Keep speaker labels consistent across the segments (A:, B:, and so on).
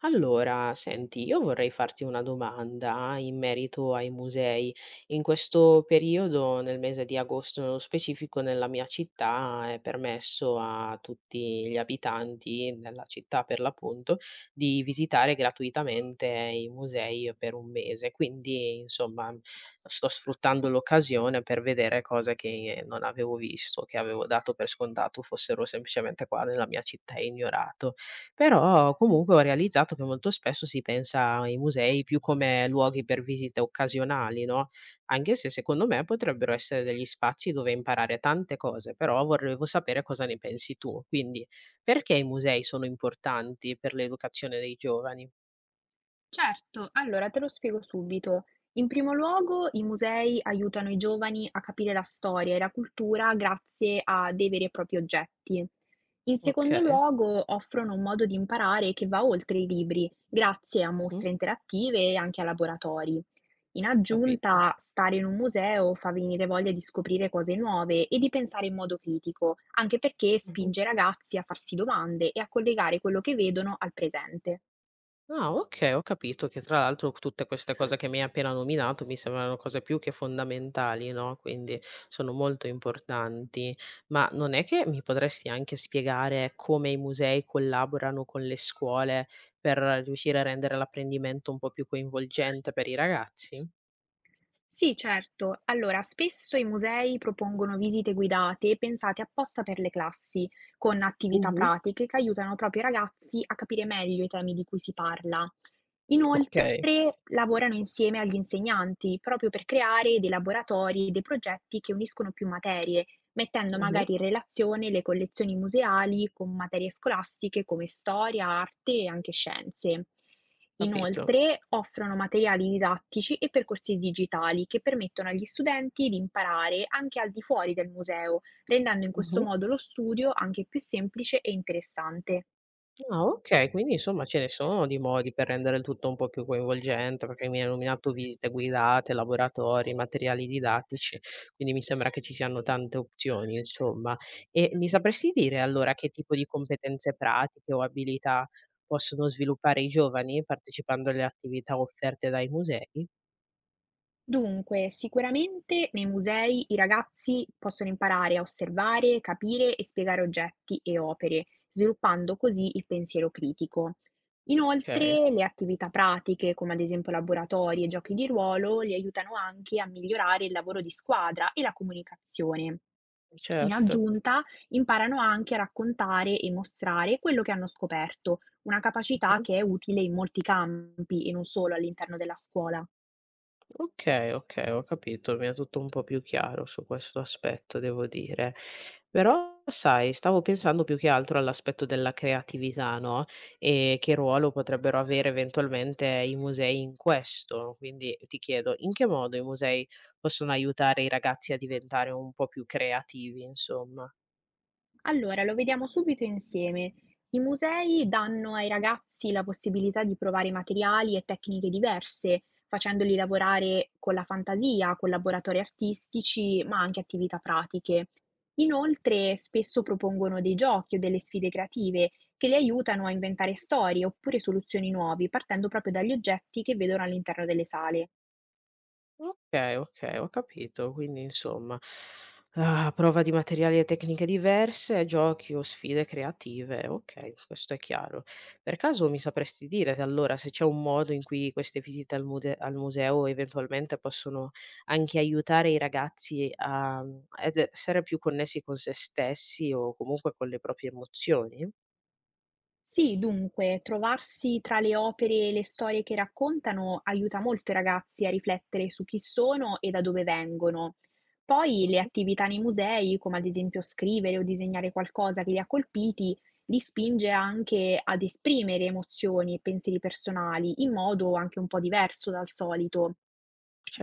A: Allora, senti, io vorrei farti una domanda in merito ai musei. In questo periodo, nel mese di agosto nello specifico, nella mia città è permesso a tutti gli abitanti della città, per l'appunto, di visitare gratuitamente i musei per un mese. Quindi, insomma, sto sfruttando l'occasione per vedere cose che non avevo visto, che avevo dato per scontato fossero semplicemente qua nella mia città e ignorato. Però comunque ho realizzato che molto spesso si pensa ai musei più come luoghi per visite occasionali, no? Anche se secondo me potrebbero essere degli spazi dove imparare tante cose, però volevo sapere cosa ne pensi tu. Quindi, perché i musei sono importanti per l'educazione dei giovani?
B: Certo, allora te lo spiego subito. In primo luogo, i musei aiutano i giovani a capire la storia e la cultura grazie a dei veri e propri oggetti. In
A: Ok.
B: secondo luogo, offrono un modo di imparare che va oltre i libri, grazie a
A: Mhm.
B: mostre interattive e anche a laboratori. In
A: Capito.
B: aggiunta, stare in un museo fa venire voglia di scoprire cose nuove e di pensare in modo critico, anche perché
A: Mhm.
B: spinge i ragazzi a farsi domande e a collegare quello che vedono al presente.
A: Ah, okay, ho capito che tra l'altro tutte queste cose che mi hai appena nominato mi sembrano cose più che fondamentali, no, quindi sono molto importanti. Ma non è che mi potresti anche spiegare come i musei collaborano con le scuole per riuscire a rendere l'apprendimento un po' più coinvolgente per i ragazzi?
B: Sì, certo. Allora, spesso i musei propongono visite guidate pensate apposta per le classi, con attività
A: Mh-mh.
B: pratiche che aiutano proprio i ragazzi a capire meglio i temi di cui si parla.
A: Okay.
B: Inoltre lavorano insieme agli insegnanti, proprio per creare dei laboratori e dei progetti che uniscono più materie, mettendo
A: Mh-mh.
B: magari in relazione le collezioni museali con materie scolastiche come storia, arte e anche scienze.
A: Capito.
B: Inoltre offrono materiali didattici e percorsi digitali che permettono agli studenti di imparare anche al di fuori del museo, rendendo in questo
A: Mh-mh.
B: modo lo studio anche più semplice e interessante.
A: Ah okay, quindi insomma ce ne sono di modi per rendere il tutto un po' più coinvolgente, perché mi hai nominato visite guidate, laboratori, materiali didattici, quindi mi sembra che ci siano tante opzioni insomma. E mi sapresti dire allora che tipo di competenze pratiche o abilità possono sviluppare i giovani partecipando alle attività offerte dai musei?
B: Dunque, sicuramente nei musei i ragazzi possono imparare a osservare, capire e spiegare oggetti e opere, sviluppando così il pensiero critico.
A: Okay,
B: Inoltre, le attività pratiche, come ad esempio laboratori e giochi di ruolo, li aiutano anche a migliorare il lavoro di squadra e la comunicazione. In
A: certo.
B: aggiunta, imparano anche a raccontare e mostrare quello che hanno scoperto, una capacità
A: Mh-mh.
B: che è utile in molti campi e non solo all'interno della scuola.
A: Okay, okay, ho capito, mi è tutto un po' più chiaro su questo aspetto, devo dire. Però sai, stavo pensando più che altro all'aspetto della creatività, no, e che ruolo potrebbero avere eventualmente i musei in questo. Quindi ti chiedo, in che modo i musei possono aiutare i ragazzi a diventare un po' più creativi, insomma?
B: Allora, lo vediamo subito insieme. I musei danno ai ragazzi la possibilità di provare materiali e tecniche diverse, facendoli lavorare con la fantasia, con laboratori artistici, ma anche attività pratiche. Inoltre, spesso propongono dei giochi o delle sfide creative che li aiutano a inventare storie oppure soluzioni nuove, partendo proprio dagli oggetti che vedono all'interno delle sale.
A: Okay, okay, ho capito. Quindi insomma, a prova di materiali e tecniche diverse, giochi o sfide creative. Okay, questo è chiaro. Per caso mi sapresti dire se allora se c'è un modo in cui queste visite al mude al museo eventualmente possono anche aiutare i ragazzi a ad essere più connessi con se stessi o comunque con le proprie emozioni?
B: Sì, dunque, trovarsi tra le opere e le storie che raccontano aiuta molto i ragazzi a riflettere su chi sono e da dove vengono. Poi le
A: Mh-mh.
B: attività nei musei, come ad esempio scrivere o disegnare qualcosa che li ha colpiti, li spinge anche ad esprimere emozioni e pensieri personali in modo anche un po' diverso dal solito.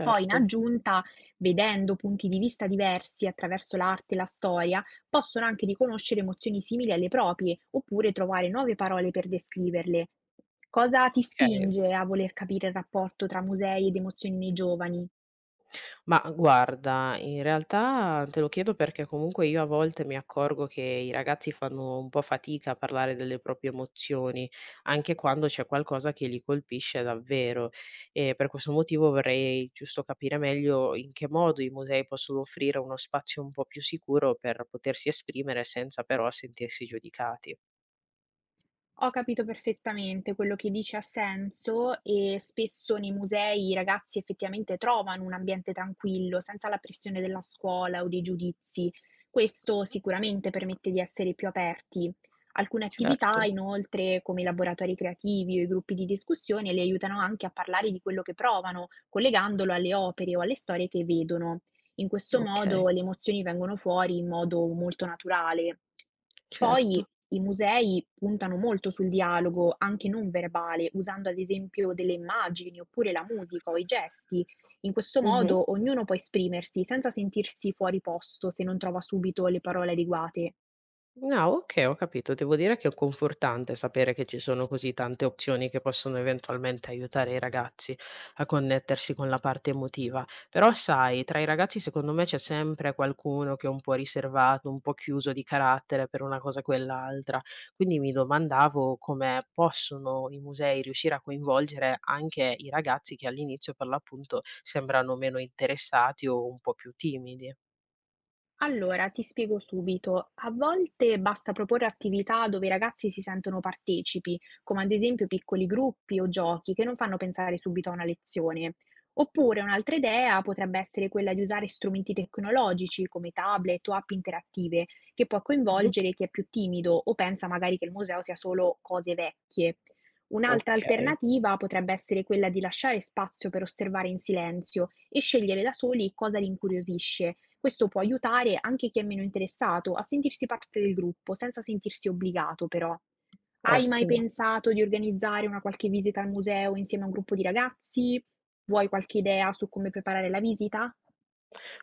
B: Poi, in aggiunta, vedendo punti di vista diversi attraverso l'arte e la storia, possono anche riconoscere emozioni simili alle proprie, oppure trovare nuove parole per descriverle. Cosa ti
A: Okay.
B: spinge a voler capire il rapporto tra musei ed emozioni nei giovani?
A: Ma guarda, in realtà te lo chiedo perché comunque io a volte mi accorgo che i ragazzi fanno un po' fatica a parlare delle proprie emozioni, anche quando c'è qualcosa che li colpisce davvero. E per questo motivo vorrei giusto capire meglio in che modo i musei possono offrire uno spazio un po' più sicuro per potersi esprimere senza però sentirsi giudicati.
B: Ho capito perfettamente quello che dici, ha senso, e spesso nei musei i ragazzi effettivamente trovano un ambiente tranquillo, senza la pressione della scuola o dei giudizi. Questo sicuramente permette di essere più aperti. Alcune attività,
A: Certo.
B: inoltre, come i laboratori creativi o i gruppi di discussione, li aiutano anche a parlare di quello che provano, collegandolo alle opere o alle storie che vedono. In questo
A: Ok.
B: modo le emozioni vengono fuori in modo molto naturale.
A: Certo.
B: Poi i musei puntano molto sul dialogo, anche non verbale, usando ad esempio delle immagini oppure la musica o i gesti. In questo
A: Mhm.
B: modo ognuno può esprimersi senza sentirsi fuori posto se non trova subito le parole adeguate.
A: No, okay, ho capito. Devo dire che è confortante sapere che ci sono così tante opzioni che possono eventualmente aiutare i ragazzi a connettersi con la parte emotiva. Però sai, tra i ragazzi secondo me c'è sempre qualcuno che è un po' riservato, un po' chiuso di carattere per una cosa o quell'altra. Quindi mi domandavo come possono i musei riuscire a coinvolgere anche i ragazzi che all'inizio, per l'appunto, sembrano meno interessati o un po' più timidi.
B: Allora, ti spiego subito. A volte basta proporre attività dove i ragazzi si sentono partecipi, come ad esempio piccoli gruppi o giochi che non fanno pensare subito a una lezione. Oppure un'altra idea potrebbe essere quella di usare strumenti tecnologici come tablet o app interattive, che può
A: Mh-mh.
B: coinvolgere chi è più timido o pensa magari che il museo sia solo cose vecchie. Un'altra
A: Okay,
B: alternativa potrebbe essere quella di lasciare spazio per osservare in silenzio e scegliere da soli cosa li incuriosisce. Questo può aiutare anche chi è meno interessato a sentirsi parte del gruppo, senza sentirsi obbligato però. Hai mai
A: ottimo.
B: pensato di organizzare una qualche visita al museo insieme a un gruppo di ragazzi? Vuoi qualche idea su come preparare la visita?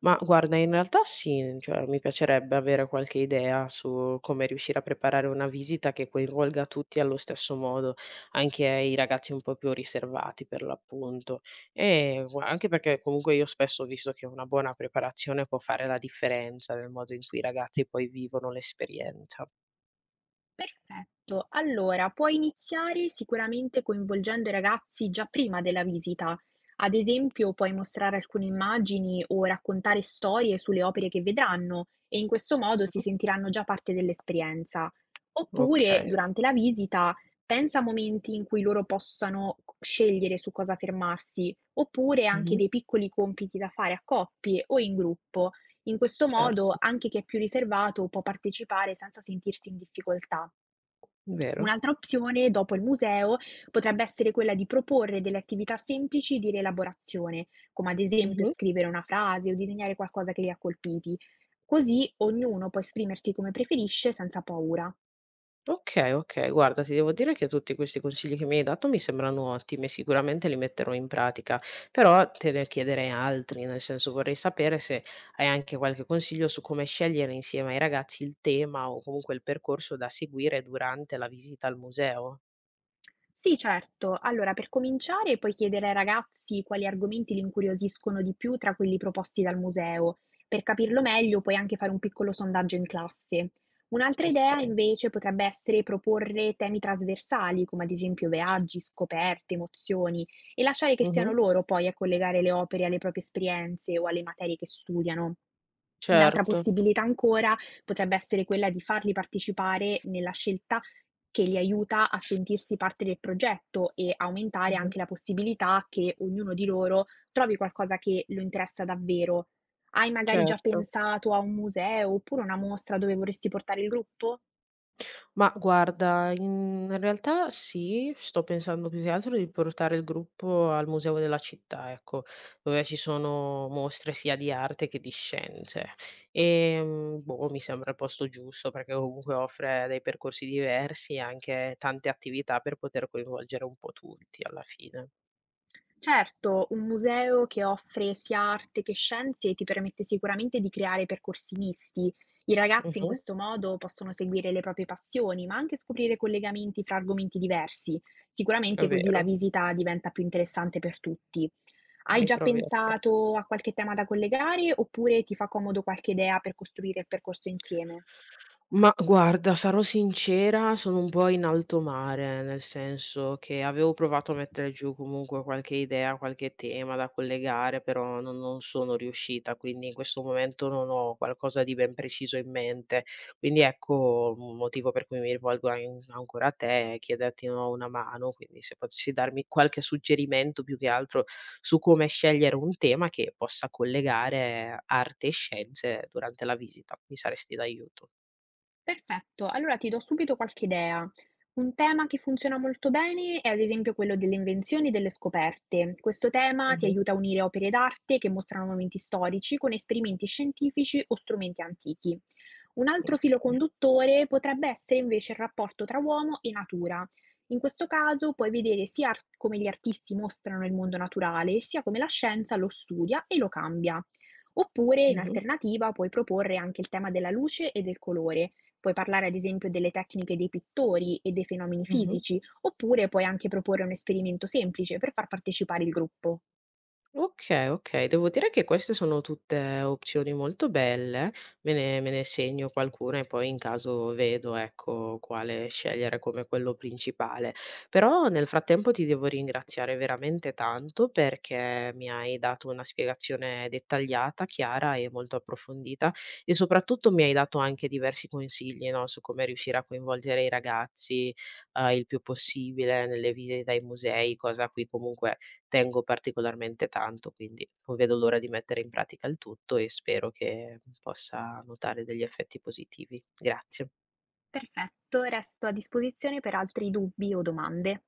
A: Ma guarda, in realtà sì, cioè mi piacerebbe avere qualche idea su come riuscire a preparare una visita che coinvolga tutti allo stesso modo, anche i ragazzi un po' più riservati per l'appunto. Anche perché comunque io spesso ho visto che una buona preparazione può fare la differenza nel modo in cui i ragazzi poi vivono l'esperienza.
B: Perfetto. Allora, puoi iniziare sicuramente coinvolgendo i ragazzi già prima della visita. Ad esempio, puoi mostrare alcune immagini o raccontare storie sulle opere che vedranno e in questo modo si
A: Mhm.
B: sentiranno già parte dell'esperienza.
A: Ok.
B: Oppure, durante la visita, pensa a momenti in cui loro possano scegliere su cosa fermarsi, oppure anche
A: Mhm.
B: dei piccoli compiti da fare a coppie o in gruppo. In questo modo,
A: Certo,
B: anche chi è più riservato può partecipare senza sentirsi in difficoltà.
A: vero.
B: Un'altra opzione, dopo il museo, potrebbe essere quella di proporre delle attività semplici di rielaborazione, come ad esempio scrivere una frase o disegnare qualcosa che li ha colpiti. Così ognuno può esprimersi come preferisce senza paura.
A: Okay, okay. Guarda, ti devo dire che tutti questi consigli che mi hai dato mi sembrano ottimi e sicuramente li metterò in pratica, però te ne chiederei altri, nel senso vorrei sapere se hai anche qualche consiglio su come scegliere insieme ai ragazzi il tema o comunque il percorso da seguire durante la visita al museo.
B: Sì, certo. Allora, per cominciare, puoi chiedere ai ragazzi quali argomenti li incuriosiscono di più tra quelli proposti dal museo. Per
A: O
B: capirlo meglio, puoi anche fare un piccolo sondaggio in classe. Un'altra idea,
A: Okay.
B: invece, potrebbe essere proporre temi trasversali, come ad esempio viaggi, scoperte, emozioni, e lasciare che siano
A: Mh-mh.
B: loro poi a collegare le opere alle proprie esperienze o alle materie che studiano. Un'altra
A: Certo.
B: possibilità ancora potrebbe essere quella di farli partecipare nella scelta, che li aiuta a sentirsi parte del progetto e aumentare
A: Mh-mh.
B: anche la possibilità che ognuno di loro trovi qualcosa che lo interessa davvero. Hai magari già
A: Certo.
B: pensato a un museo oppure una mostra dove vorresti portare il gruppo?
A: Ma guarda, in realtà sì, sto pensando più che altro di portare il gruppo al museo della città, ecco, dove ci sono mostre sia di arte che di scienze. E boh, mi sembra il posto giusto perché comunque offre dei percorsi diversi e anche tante attività per poter coinvolgere un po' tutti alla fine.
B: Certo, un museo che offre sia arte che scienze ti permette sicuramente di creare percorsi misti. I ragazzi in
A: Mh-mh.
B: questo modo possono seguire le proprie passioni, ma anche scoprire collegamenti fra argomenti diversi.
A: È
B: Sicuramente così la
A: vero,
B: visita diventa più interessante per tutti. Hai
A: mi
B: già
A: trovi d'accordo.
B: pensato a qualche tema da collegare oppure ti fa comodo qualche idea per costruire il percorso insieme?
A: Ma guarda, sarò sincera, sono un po' in alto mare, nel senso che avevo provato a mettere giù comunque qualche idea, qualche tema da collegare, però non sono riuscita, quindi in questo momento non ho qualcosa di ben preciso in mente. Quindi ecco, un motivo per cui mi rivolgo a in ancora a te è chiederti, no, una mano, quindi se potessi darmi qualche suggerimento più che altro su come scegliere un tema che possa collegare arte e scienze durante la visita, mi saresti d'aiuto.
B: Perfetto, allora ti do subito qualche idea. Un tema che funziona molto bene è ad esempio quello delle invenzioni e delle scoperte. Questo tema ti
A: Mh-mh.
B: aiuta a unire opere d'arte che mostrano momenti storici con esperimenti scientifici o strumenti antichi. Un altro filo
A: Okay.
B: conduttore potrebbe essere invece il rapporto tra uomo e natura. In questo caso puoi vedere sia come gli artisti mostrano il mondo naturale, sia come la scienza lo studia e lo cambia. Oppure, in
A: Mh-mh.
B: alternativa, puoi proporre anche il tema della luce e del colore. Puoi parlare ad esempio delle tecniche dei pittori e dei fenomeni
A: Mh-mh.
B: fisici, oppure puoi anche proporre un esperimento semplice per far partecipare il gruppo.
A: Okay, okay. Devo dire che queste sono tutte opzioni molto belle, me ne segno qualcuna e poi in caso vedo, ecco, quale scegliere come quello principale. Però nel frattempo ti devo ringraziare veramente tanto perché mi hai dato una spiegazione dettagliata, chiara e molto approfondita e soprattutto mi hai dato anche diversi consigli, no, su come riuscire a coinvolgere i ragazzi, il più possibile nelle visite ai musei, cosa a cui comunque tengo particolarmente tanto, quindi non vedo l'ora di mettere in pratica il tutto e spero che possa notare degli effetti positivi. Grazie.
B: Perfetto, resto a disposizione per altri dubbi o domande.